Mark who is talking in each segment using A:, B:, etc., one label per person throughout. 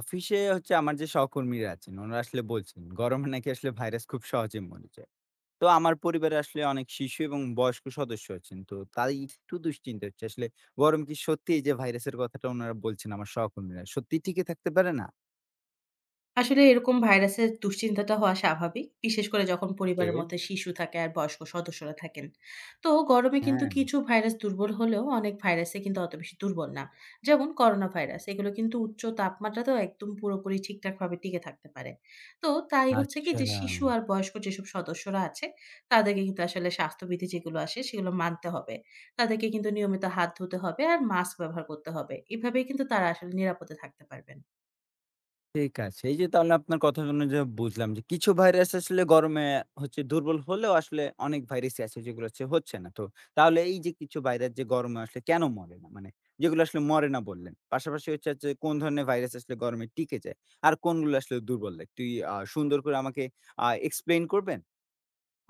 A: অফিসে হচ্ছে আমার যে সহকর্মীরা আছেন ওনারা আসলে বলছেন গরমে নাকি আসলে ভাইরাস খুব সহজে মরে যায়। তো আমার পরিবারে আসলে অনেক শিশু এবং বয়স্ক সদস্য আছেন, তো তাই একটু দুশ্চিন্তা হচ্ছে আসলে। গরম কি সত্যি? এই যে ভাইরাসের কথাটা ওনারা বলছেন আমার সহকর্মীরা, সত্যি টিকে থাকতে পারে না?
B: আসলে এরকম ভাইরাসের দুশ্চিন্তাটা হওয়া স্বাভাবিক, বিশেষ করে যখন
A: ওকে।
B: পরিবারের মধ্যে শিশু থাকে আর বয়স্ক সদস্যরা থাকেন। তো গরমে কিন্তু
A: হ্যাঁ।
B: কিছু ভাইরাস দুর্বল হলেও অনেক ভাইরাসে কিন্তু অত বেশি দুর্বল না। যেমন করোনা ভাইরাস, এগুলো কিন্তু উচ্চ তাপমাত্রাতেও একদম পুরোপুরি ঠিকঠাকভাবে টিকে থাকতে পারে। তো তাই হচ্ছে কি
A: আচ্ছা।
B: যে শিশু আর বয়স্ক যেসব সদস্যরা আছে, তাদেরকে কিন্তু আসলে স্বাস্থ্যবিধি যেগুলো আসে সেগুলো মানতে হবে। তাদেরকে কিন্তু নিয়মিত হাত ধুতে হবে আর মাস্ক ব্যবহার করতে হবে। এভাবেই কিন্তু তারা আসলে নিরাপদে থাকতে পারবেন।
A: ঠিক আছে। এই যে তাহলে আপনার কথা শুনে যে বুঝলাম যে কিছু ভাইরাস আসলে গরমে হচ্ছে দুর্বল হলেও আসলে অনেক ভাইরাসই আছে যেগুলো হচ্ছে না। তো তাহলে এই যে কিছু ভাইরাস যে গরমে আসলে কেন মরে না? মানে যেগুলো আসলে মরে না বললেন। পাশাপাশি হচ্ছে যে কোন ধরনের ভাইরাস আসলে গরমে টিকে যায়? আর কোনগুলো আসলে দুর্বল লাগে? তুই সুন্দর করে আমাকে explain করবেন?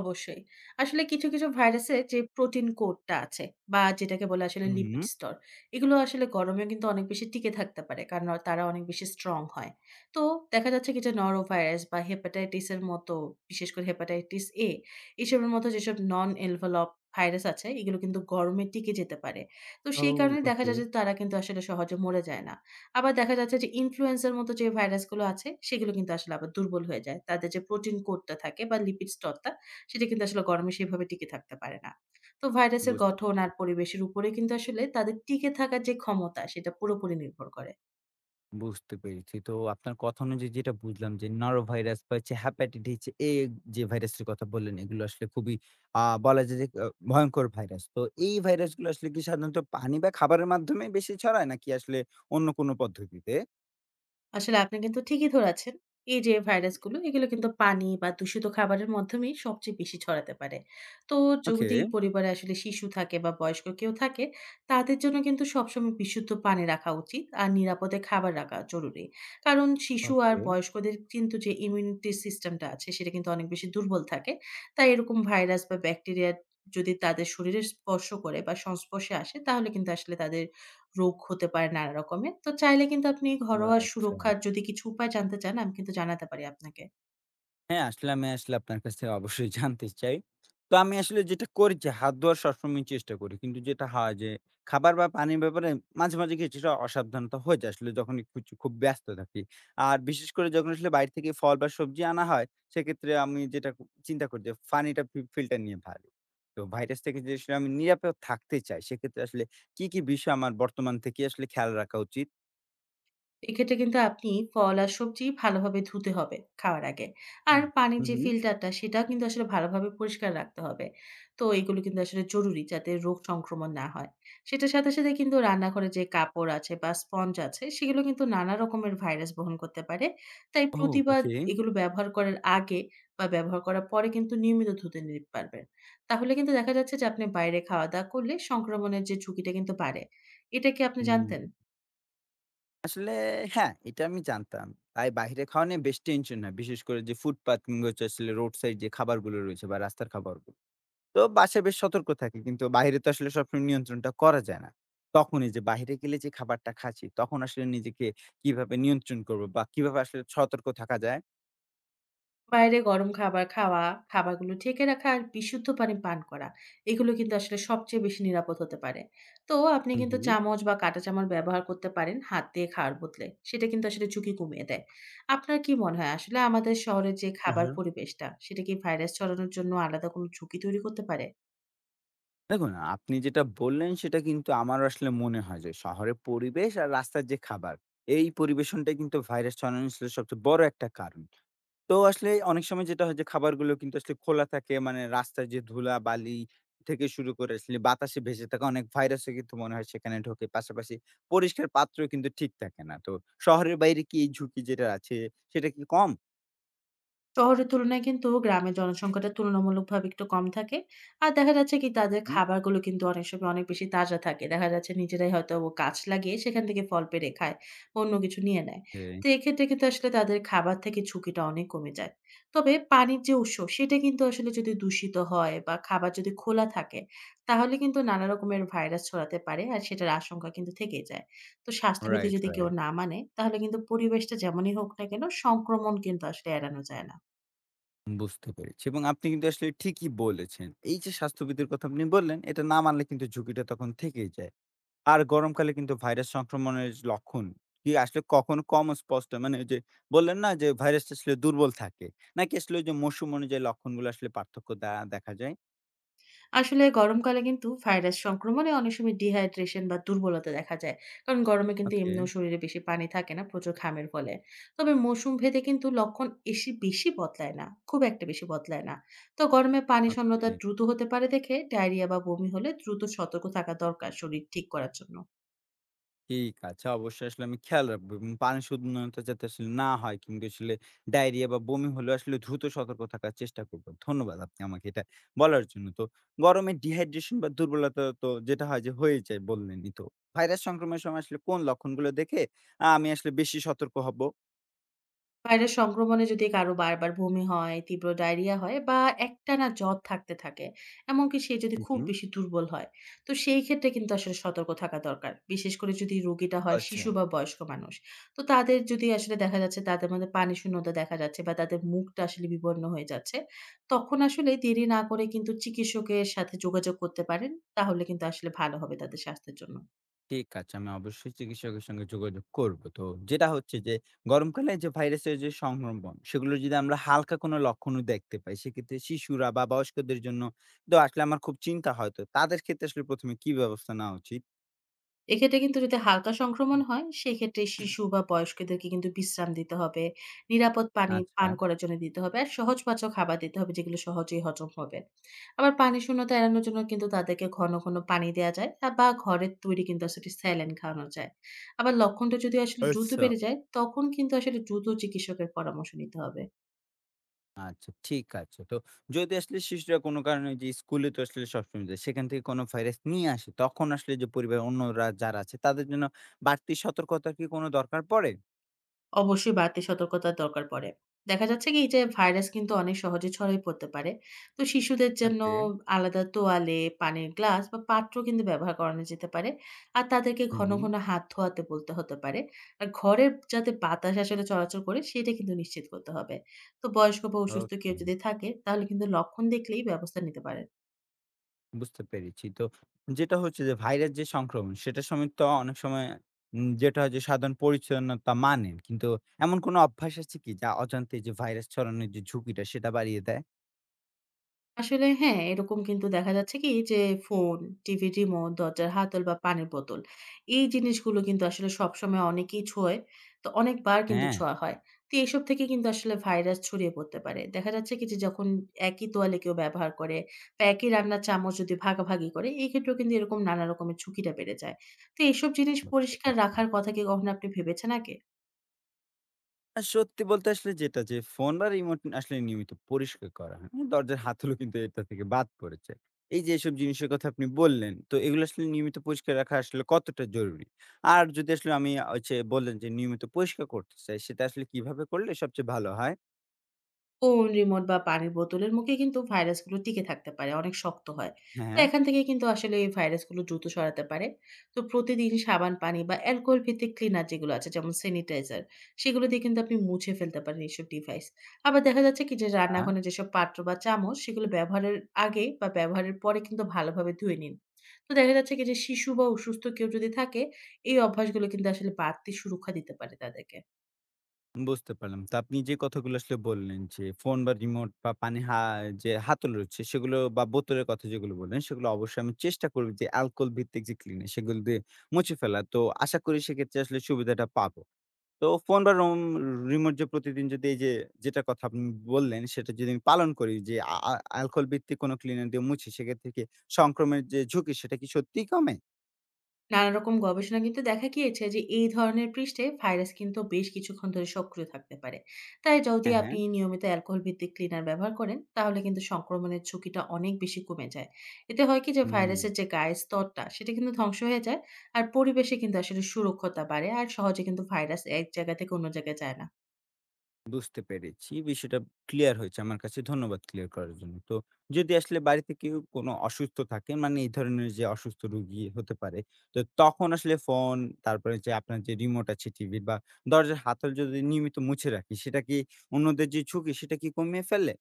B: অবশ্যই। আসলে কিছু, কিছু ভাইরাসের যে প্রোটিন কোডটা আছে বা যেটাকে বলে আসলে
A: হুম,
B: লিপিড
A: হুম।
B: স্তর, এগুলো আসলে গরমেও কিন্তু অনেক বেশি টিকে থাকতে পারে। কারণ তারা অনেক বেশি স্ট্রং হয়। তো দেখা যাচ্ছে কি যে নরোভাইরাস বা হেপাটাইটিস এর মতো, বিশেষ করে হেপাটাইটিস A এসবের মতো যেসব নন এনভেলপ ভাইরাস আছে, এগুলো কিন্তু গরমে টিকে যেতে পারে। তো
A: ও,
B: সেই কারণে দেখা
A: ওকে।
B: যায় যে তারা কিন্তু আসলে সহজে মরে যায় না। আবার দেখা যাচ্ছে যে ইনফ্লুয়েঞ্জার মতো যে ভাইরাসগুলো আছে, সেগুলো কিন্তু আসলে আবার দুর্বল হয়ে যায়। তাদের যে প্রোটিন কোডটা থাকে বা লিপিড স্তরটা সেটা কিন্তু আসলে গরমে সেভাবে টিকে থাকতে পারে না। তো ভাইরাসের
A: বুঝতে
B: গঠন আর
A: পারলাম।
B: পরিবেশের উপরে কিন্তু আসলে তাদের টিকে থাকার যে ক্ষমতা সেটা পুরোপুরি নির্ভর করে।
A: বুঝতে পেরেছি। তো আপনার কথা অনুযায়ী যেটা বুঝলাম যে নরোভাইরাস বা হচ্ছে হেপাটাইটিস এ, যে ভাইরাসের কথা বললেন, এগুলো আসলে খুবই বলা যায় যে ভয়ংকর ভাইরাস। তো এই ভাইরাসগুলো আসলে কি সাধারণত পানি বা খাবারের মাধ্যমে বেশি ছড়ায় নাকি আসলে অন্য কোনো পদ্ধতিতে?
B: আসলে আপনি কিন্তু ঠিকই ধরেছেন। এই যে ভাইরাসগুলো এগুলো কিন্তু পানি বা দূষিত খাবারের মাধ্যমেই সবচেয়ে বেশি ছড়াতে পারে। তো
A: ওকে,
B: যদি পরিবারে আসলে শিশু থাকে বা বয়স্ক কেউ থাকে, তাদের জন্য কিন্তু সবসময় বিশুদ্ধ পানি রাখা উচিত আর নিরাপদে খাবার রাখা জরুরি। কারণ শিশু আর
A: ওকে,
B: বয়স্কদের কিন্তু যে ইমিউনিটি সিস্টেমটা আছে সেটা কিন্তু অনেক বেশি দুর্বল থাকে। তাই এরকম ভাইরাস বা ব্যাকটেরিয়া যদি তাদের শরীরে স্পর্শ করে বা সংস্পর্শে আসে তাহলে কিন্তু আসলে তাদের রোগ হতে পারে নানা রকমের। তো চাইলে কিন্তু আপনি ঘরোয়া
A: রাইট,
B: সুরক্ষার
A: রাইট।
B: যদি কিছু উপায় জানতে চান, আমি কিন্তু জানাতে পারি আপনাকে।
A: হ্যাঁ, আসলে আমি আসলে আপনার কাছে অবশ্যই জানতে চাই। তো আমি আসলে যেটা করি যে হাত ধোয়ার সবসময় চেষ্টা করি। কিন্তু যেটা হয় যে খাবার বা পানির ব্যাপারে মাঝে, মাঝে কিছুটা অসাবধানতা হয়ে যায় আসলে যখন একটু খুব ব্যস্ত থাকি। আর বিশেষ করে যখন আসলে বাইরে থেকে ফল বা সবজি আনা হয়, সেক্ষেত্রে আমি যেটা চিন্তা করি যে পানিটা ফিল্টার নিয়ে ভালো। তো ভাইরাস থেকে যে আসলে আমি নিরাপদ থাকতে চাই, সেক্ষেত্রে আসলে কি, কি বিষয় আমার বর্তমান থেকে আসলে খেয়াল রাখা উচিত?
B: এক্ষেত্রে কিন্তু আপনি ফল আর সবজি ভালোভাবে ধুতে হবে খাওয়ার আগে। আর পানির
A: হু,
B: যে
A: হুম।
B: ফিল্টারটা সেটাও কিন্তু আসলে ভালোভাবে পরিষ্কার রাখতে হবে। তো এগুলো কিন্তু আসলে জরুরি যাতে রোগ সংক্রমণ না হয়। সেটার সাথে, সাথে কিন্তু রান্নাঘরে যে কাপড় আছে বা স্পঞ্জ আছে সেগুলো কিন্তু নানা রকমের ভাইরাস বহন করতে পারে। তাই
A: ও,
B: প্রতিবার
A: ওকে।
B: এগুলো ব্যবহার করার আগে বা ব্যবহার করার পরে কিন্তু নিয়মিত ধুতে পারবেন। তাহলে কিন্তু দেখা যাচ্ছে যে আপনি বাইরে খাওয়া-দাওয়া করলে সংক্রমণের যে ঝুঁকিটা কিন্তু বাড়ে। এটা কি আপনি
A: হুম।
B: জানতেন?
A: আসলে হ্যাঁ, এটা আমি জানতাম। তাই বাইরে খাওয়া নিয়ে বেশ টেনশন হয়। বিশেষ করে যে ফুটপাত কিংবা হচ্ছে আসলে রোড সাইড যে খাবারগুলো রয়েছে বা রাস্তার খাবারগুলো। তো বাসায় বেশ সতর্ক থাকি। কিন্তু বাইরে তো আসলে সবসময় নিয়ন্ত্রণটা করা যায় না। তখন এই যে বাইরে গেলে যে খাবারটা খাচ্ছি, তখন আসলে নিজেকে কিভাবে নিয়ন্ত্রণ করব বা কিভাবে আসলে সতর্ক থাকা যায়?
B: বাইরে গরম খাবার খাওয়া, খাবারগুলো ঢেকে রাখা আর বিশুদ্ধ পানি পান করা। এগুলো কিন্তু আসলে সবচেয়ে বেশি নিরাপদ হতে পারে। তো আপনি
A: হুম,
B: কিন্তু
A: হুম।
B: চামচ বা কাঁটা চামচ ব্যবহার করতে পারেন হাত দিয়ে খাওয়ার বদলে। সেটা কিন্তু আসলে ঝুঁকি কমিয়ে দেয়। আপনার কি মনে হয় আসলে আমাদের শহরের যে খাবার
A: হ্যাঁ।
B: পরিবেশটা, সেটা কি ভাইরাস ছড়ানোর জন্য আলাদা কোনো ঝুঁকি তৈরি করতে পারে?
A: দেখুন, আপনি যেটা বললেন সেটা কিন্তু আমারও আসলে মনে হয় যে শহরের পরিবেশ আর রাস্তার যে খাবার, এই পরিবেশনটাই কিন্তু ভাইরাস ছড়ানোর আসলে সবচেয়ে বড় একটা কারণ। তো আসলে অনেক সময় যেটা হয় যে খাবারগুলো কিন্তু আসলে খোলা থাকে মানে রাস্তায় যে ধুলা বালি থেকে শুরু করে আসলে বাতাসে ভেসে থাকা অনেক ভাইরাসও কিন্তু মনে হয় সেখানে ঢোকে, পাশাপাশি পরিষ্কার পাত্র কিন্তু ঠিক থাকে না। তো শহরের বাইরে কি এই ঝুঁকি যেটা আছে সেটা কি কম?
B: শহরের তুলনায় কিন্তু গ্রামের জনসংখ্যাটা তুলনামূলকভাবে একটু কম থাকে। আর দেখা যাচ্ছে কি তাদের
A: হুম,
B: খাবারগুলো কিন্তু অনেক সময় অনেক বেশি তাজা থাকে। দেখা যাচ্ছে নিজেরাই হয়তো ও গাছ লাগিয়ে সেখান থেকে ফল পেড়ে খায়। বা অন্য কিছু নিয়ে নেয়।
A: ওকে।
B: তো এক্ষেত্রে কিন্তু আসলে তাদের খাবার থেকে ঝুঁকিটা অনেক কমে যায়। তবে পানির যে উৎস সেটা কিন্তু আসলে যদি দূষিত হয় বা খাবার যদি খোলা থাকে, তাহলে কিন্তু নানা রকমের ভাইরাস ছড়াতে পারে। আর সেটার আশঙ্কা কিন্তু থেকেই যায়। তো স্বাস্থ্যবিধি
A: রাইট,
B: যদি কেউ
A: রাইট।
B: না মানে, তাহলে কিন্তু পরিবেশটা যেমনই হোক না কেন সংক্রমণ কিন্তু আসলে এড়ানো যায় না।
A: বুঝতে পেরেছি এবং আপনি কিন্তু আসলে ঠিকই বলেছেন। এই যে স্বাস্থ্যবিধির কথা আপনি বললেন, এটা না মানলে কিন্তু ঝুঁকিটা তখন থেকেই যায়। আর গরমকালে কিন্তু ভাইরাস সংক্রমণের লক্ষণ কি আসলে কখনো কম স্পষ্ট? মানে ওই যে বললেন না যে ভাইরাসটা আসলে দুর্বল থাকে? নাকি আসলে ওই যে মৌসুম অনুযায়ী লক্ষণগুলো আসলে পার্থক্য দেখা যায়?
B: আসলে গরমকালে কিন্তু ভাইরাস সংক্রমণে অনেক সময় ডিহাইড্রেশন বা দুর্বলতা দেখা যায়, কারণ গরমে কিন্তু
A: ওকে,
B: এমনিও শরীরে বেশি পানি থাকে না প্রচুর ঘামের ফলে। তবে মৌসুম ভেদে কিন্তু লক্ষণ এসে বেশি বদলায় না, খুব একটা বেশি বদলায় না। তো গরমে পানি
A: ওকে।
B: শূন্যতা দ্রুত হতে পারে দেখে ডায়রিয়া বা বমি হলে দ্রুত সতর্ক থাকা দরকার শরীর ঠিক করার জন্য।
A: ঠিক আছে। অবশ্যই আসলে আমি খেয়াল রাখবো এবং পানি শোধনতা যাতে আসলে না হয় কিংবা আসলে ডায়রিয়া বা বমি হলেও আসলে দ্রুত সতর্ক থাকার চেষ্টা করবো। ধন্যবাদ আপনি আমাকে এটা বলার জন্য। তো গরমে ডিহাইড্রেশন বা দুর্বলতা তো যেটা হয় যে হয়ে যায় বললেনই তো। ভাইরাস সংক্রমণের সময় আসলে কোন লক্ষণগুলো দেখে আমি আসলে বেশি সতর্ক হবো?
B: ভাইরাস সংক্রমণে যদি কারো বারবার বমি হয়, তীব্র ডায়রিয়া হয় বা একটানা জ্বর থাকতে থাকে, এমনকি সে যদি
A: হু,
B: খুব
A: হু।
B: বেশি দুর্বল হয়, তো সেই ক্ষেত্রে কিন্তু আসলে সতর্ক থাকা দরকার। বিশেষ করে যদি রোগীটা হয়
A: আচ্ছা।
B: শিশু বা বয়স্ক মানুষ। তো তাদের যদি আসলে দেখা যাচ্ছে তাদের মধ্যে পানি শূন্যতা দেখা যাচ্ছে বা তাদের মুখটা আসলে বিবর্ণ হয়ে যাচ্ছে, তখন আসলে দেরি না করে কিন্তু চিকিৎসকের সাথে যোগাযোগ করতে পারেন। তাহলে কিন্তু আসলে ভালো হবে তাদের স্বাস্থ্যের জন্য।
A: ঠিক আছে। আমি অবশ্যই চিকিৎসকের সঙ্গে যোগাযোগ করব। তো যেটা হচ্ছে যে গরমকালে যে ভাইরাসের যে সংক্রমণ সেগুলো যদি আমরা হালকা কোনো লক্ষণও দেখতে পাই সেক্ষেত্রে শিশুরা বা বয়স্কদের জন্য তো আসলে আমার খুব চিন্তা হয়, তো তাদের ক্ষেত্রে আসলে প্রথমে কি ব্যবস্থা নেওয়া উচিত?
B: এক্ষেত্রে কিন্তু যদি হালকা সংক্রমণ হয়, সেক্ষেত্রে শিশু বা বয়স্কদেরকে কিন্তু বিশ্রাম দিতে হবে। নিরাপদ পানি
A: আচ্ছা।
B: পান করার জন্য দিতে হবে। আর সহজপাচ্য খাবার দিতে হবে যেগুলো সহজেই হজম হবে। আবার পানি শূন্যতা এড়ানোর জন্য কিন্তু তাদেরকে ঘন, ঘন পানি দেয়া যায় বা ঘরের তৈরি কিন্তু আসলে স্যালাইন খাওয়ানো যায়। আবার লক্ষণটা যদি আসলে দ্রুত
A: আচ্ছা,
B: বেড়ে যায়, তখন কিন্তু আসলে দ্রুত চিকিৎসকের পরামর্শ নিতে হবে।
A: আচ্ছা, ঠিক আছে। তো যদি আসলে শিশুরা কোনো কারণে যে স্কুলে তো আসলে সবসময় যায় সেখান থেকে কোনো ভাইরাস নিয়ে আসে তখন আসলে যে পরিবারের অন্যরা যারা আছে তাদের জন্য বাড়তি সতর্কতার কি কোনো দরকার পড়ে?
B: অবশ্যই বাড়তি সতর্কতার দরকার পড়ে। দেখা যাচ্ছে কি যে ভাইরাস কিন্তু অনেক সহজে ছড়িয়ে পড়তে পারে। তো শিশুদের জন্য
A: ওকে।
B: আলাদা তোয়ালে, পানির গ্লাস বা পাত্র কিন্তু ব্যবহার করানো যেতে পারে। আর তাদেরকে
A: হুম,
B: ঘন,
A: হুম।
B: ঘন হাত ধোয়াতে বলতে হতে পারে। আর ঘরের যাতে বাতাস আসলে চলাচল করে সেটা কিন্তু নিশ্চিত করতে হবে। তো বয়স্ক বা অসুস্থ
A: ওকে।
B: কেউ যদি থাকে তাহলে কিন্তু লক্ষণ দেখলেই ব্যবস্থা নিতে পারেন।
A: বুঝতে পেরেছি। তো যেটা হচ্ছে যে ভাইরাস যে সংক্রমণ সেটার সময় তো অনেক সময় যেটা হয় যে সাধারণ পরিচ্ছন্নতা মানেন। কিন্তু এমন কোনো অভ্যাস আছে কি যা অজান্তে যে ভাইরাস ছড়ানোর যে ঝুঁকিটা সেটা বাড়িয়ে দেয়?
B: আসলে হ্যাঁ, এরকম কিন্তু দেখা যাচ্ছে কি যে ফোন, টিভির রিমোট, দরজার হাতল বা পানির বোতল এই জিনিসগুলো কিন্তু আসলে সবসময় অনেকেই ছোঁয়। তো অনেকবার কিন্তু
A: হ্যাঁ,
B: ছোঁয়া হয়। তো এসব থেকে কিন্তু আসলে ভাইরাস ছড়িয়ে পড়তে পারে। দেখা যাচ্ছে কি যে যখন একই তোয়ালে কেউ ব্যবহার করে বা একই রান্নার চামচ যদি ভাগাভাগি করে এই ক্ষেত্রেও কিন্তু এরকম নানা রকমের ঝুঁকিটা বেড়ে যায়। তো এসব জিনিস
A: বুঝতে
B: পরিষ্কার
A: পারলাম।
B: রাখার কথা কি কখনো আপনি ভেবেছেন আগে?
A: সত্যি বলতে আসলে যেটা যে, ফোন বা রিমোট আসলে নিয়মিত পরিষ্কার করা হয়। এবং দরজার হাতলও কিন্তু এটা থেকে বাদ পড়েছে। এই যে এসব জিনিসের কথা আপনি বললেন, তো এগুলো আসলে নিয়মিত পরিষ্কার রাখা আসলে কতটা জরুরি? আর যদি আসলে আমি হচ্ছে বললেন যে নিয়মিত পরিষ্কার করতে চাই, সেটা আসলে কিভাবে করলে সবচেয়ে ভালো হয়?
B: কোন রিমোট বা পানির বোতলের মুখে কিন্তু ভাইরাসগুলো টিকে থাকতে পারে, অনেক শক্ত হয়।
A: হ্যাঁ,
B: তো
A: হ্যাঁ।
B: এখান থেকে কিন্তু আসলে এই ভাইরাসগুলো দ্রুত সরাতে পারে। তো প্রতিদিন সাবান পানি বা অ্যালকোহল ভিত্তিক ক্লিনার যেগুলো আছে যেমন স্যানিটাইজার, সেগুলো দিয়ে কিন্তু আপনি মুছে ফেলতে পারেন এইসব ডিভাইস। আবার দেখা যাচ্ছে কি যে রান্নাঘরে যেসব পাত্র বা চামচ সেগুলো ব্যবহারের আগে বা ব্যবহারের পরে কিন্তু ভালোভাবে ধুয়ে নিন। তো দেখা যাচ্ছে কি যে শিশু বা অসুস্থ কেউ যদি থাকে, এই অভ্যাসগুলো কিন্তু আসলে বাড়তি সুরক্ষা দিতে পারে তাদেরকে।
A: বুঝতে পারলাম। তো আপনি যে কথাগুলো আসলে বললেন যে, ফোন বা রিমোট বা পানি যে হাতল রয়েছে সেগুলো বা বোতলের কথা যেগুলো বললেন, সেগুলো অবশ্যই আমি চেষ্টা করব যে অ্যালকোহল ভিত্তিক যে ক্লিনার সেগুলো দিয়ে মুছে ফেলা। তো আশা করি সেক্ষেত্রে আসলে সুবিধাটা পাবো। তো ফোন বা রিমোট যে প্রতিদিন যদি এই যে যেটার কথা আপনি বললেন সেটা যদি আমি পালন করি যে আ আ অ্যালকোহল ভিত্তিক কোনো ক্লিনার দিয়ে মুছি সেক্ষেত্রে কি সংক্রমণের যে ঝুঁকি সেটা কি সত্যিই কমে?
B: নানা রকম গবেষণা কিন্তু দেখা গিয়েছে যে এই ধরনের পৃষ্ঠে ভাইরাস কিন্তু বেশ কিছুক্ষণ ধরে সক্রিয় থাকতে পারে। তাই যদি
A: হ্যাঁ,
B: আপনি
A: হ্যাঁ।
B: নিয়মিত অ্যালকোহল ভিত্তিক ক্লিনার ব্যবহার করেন তাহলে কিন্তু সংক্রমণের ঝুঁকিটা অনেক বেশি কমে যায়। এতে হয় কি যে
A: হুম।
B: ভাইরাসের যে গায়ের স্তরটা সেটা কিন্তু ধ্বংস হয়ে যায়। আর পরিবেশে কিন্তু আসলে সুরক্ষতা বাড়ে আর সহজে কিন্তু ভাইরাস এক জায়গা থেকে অন্য জায়গায় যায় না।
A: বুঝতে পেরেছি। বিষয়টা ক্লিয়ার হয়েছে আমার কাছে। ধন্যবাদ ক্লিয়ার করার জন্য। তো যদি আসলে বাড়িতে কেউ কোনো অসুস্থ থাকে, মানে এই ধরনের যে অসুস্থ রোগী হতে পারে, তো তখন আসলে ফোন, তারপরে যে আপনার যে রিমোট আছে টিভির বা দরজার হাতল যদি নিয়মিত মুছে রাখি, সেটা কি অন্যদের যে ঝুঁকি, সেটা কি কমিয়ে ফেলে?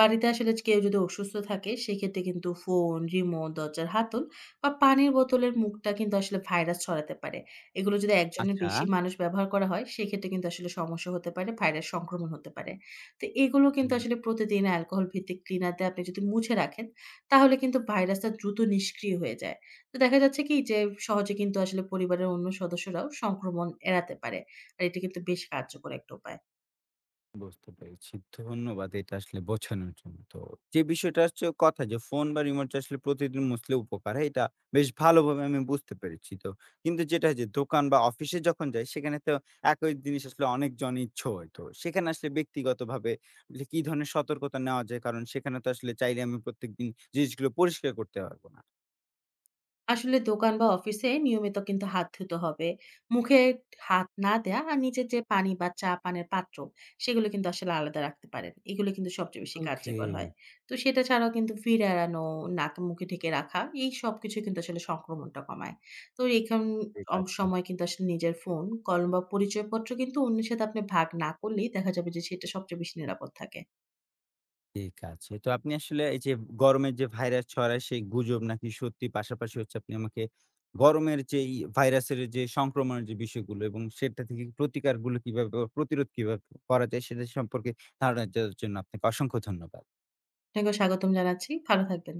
B: বাড়িতে আসলে কেউ যদি অসুস্থ থাকে সেক্ষেত্রে কিন্তু ফোন, রিমোট, দরজার হাতল বা পানির বোতলের মুখটা কিন্তু আসলে ভাইরাস ছড়াতে পারে। এগুলো যদি একজনের
A: আচ্ছা।
B: বেশি মানুষ ব্যবহার করা হয় সেক্ষেত্রে কিন্তু আসলে সমস্যা হতে পারে, ভাইরাস সংক্রমণ হতে পারে। তো এগুলো কিন্তু আসলে প্রতিদিন অ্যালকোহল ভিত্তিক ক্লিনার দিয়ে আপনি যদি মুছে রাখেন তাহলে কিন্তু ভাইরাসটা দ্রুত নিষ্ক্রিয় হয়ে যায়। তো দেখা যাচ্ছে কি যে সহজে কিন্তু আসলে পরিবারের অন্য সদস্যরাও সংক্রমণ এড়াতে পারে। আর এটা কিন্তু বেশ কার্যকর একটা উপায়।
A: বুঝতে পেরেছি। ধন্যবাদ এটা আসলে বোঝানোর জন্য। তো যে বিষয়টা হচ্ছে কথা যে ফোন বা রিমোটটা আসলে প্রতিদিন মুছলে উপকার হয় এটা বেশ ভালোভাবে আমি বুঝতে পেরেছি। তো কিন্তু যেটা যে দোকান বা অফিসে যখন যাই সেখানে তো একই জিনিস আসলে অনেকজন ইচ্ছে হয়। তো সেখানে আসলে ব্যক্তিগতভাবে যে কি ধরনের সতর্কতা নেওয়া যায়? কারণ সেখানে তো আসলে চাইলে আমি প্রত্যেকদিন জিনিসগুলো পরিষ্কার করতে পারব না।
B: আসলে দোকান বা অফিসে নিয়মিত কিন্তু হাত ধুতে হবে। মুখে হাত না দেয়া আর নিজের যে পানি বা চা পানের পাত্র, সেগুলো কিন্তু আসলে আলাদা রাখতে পারেন। এগুলো কিন্তু সবচেয়ে বেশি
A: ওকে।
B: কার্যকর হয়। তো সেটা ছাড়াও কিন্তু ভিড় এড়ানো, নাক মুখে ঢেকে রাখা, এই সবকিছু কিন্তু আসলে সংক্রমণটা কমায়। তো এখান
A: ঠিক
B: অম
A: আছে।
B: সময় কিন্তু আসলে নিজের ফোন, কলম বা পরিচয়পত্র কিন্তু অন্যের সাথে আপনি ভাগ না করলেই দেখা যাবে যে সেটা সবচেয়ে বেশি নিরাপদ থাকে।
A: ঠিক আছে। তো আপনি আসলে এই যে গরমের যে ভাইরাস ছড়ায় সেই গুজব নাকি সত্যি, পাশাপাশি হচ্ছে আপনি আমাকে গরমের যেই ভাইরাসের যে সংক্রমণের যে বিষয়গুলো এবং সেটা থেকে প্রতিকারগুলো কিভাবে বা প্রতিরোধ কিভাবে করা যায় সেটা সম্পর্কে ধারণা দেওয়ার জন্য আপনাকে অসংখ্য ধন্যবাদ।
B: আপনাকেও স্বাগতম জানাচ্ছি। ভালো থাকবেন।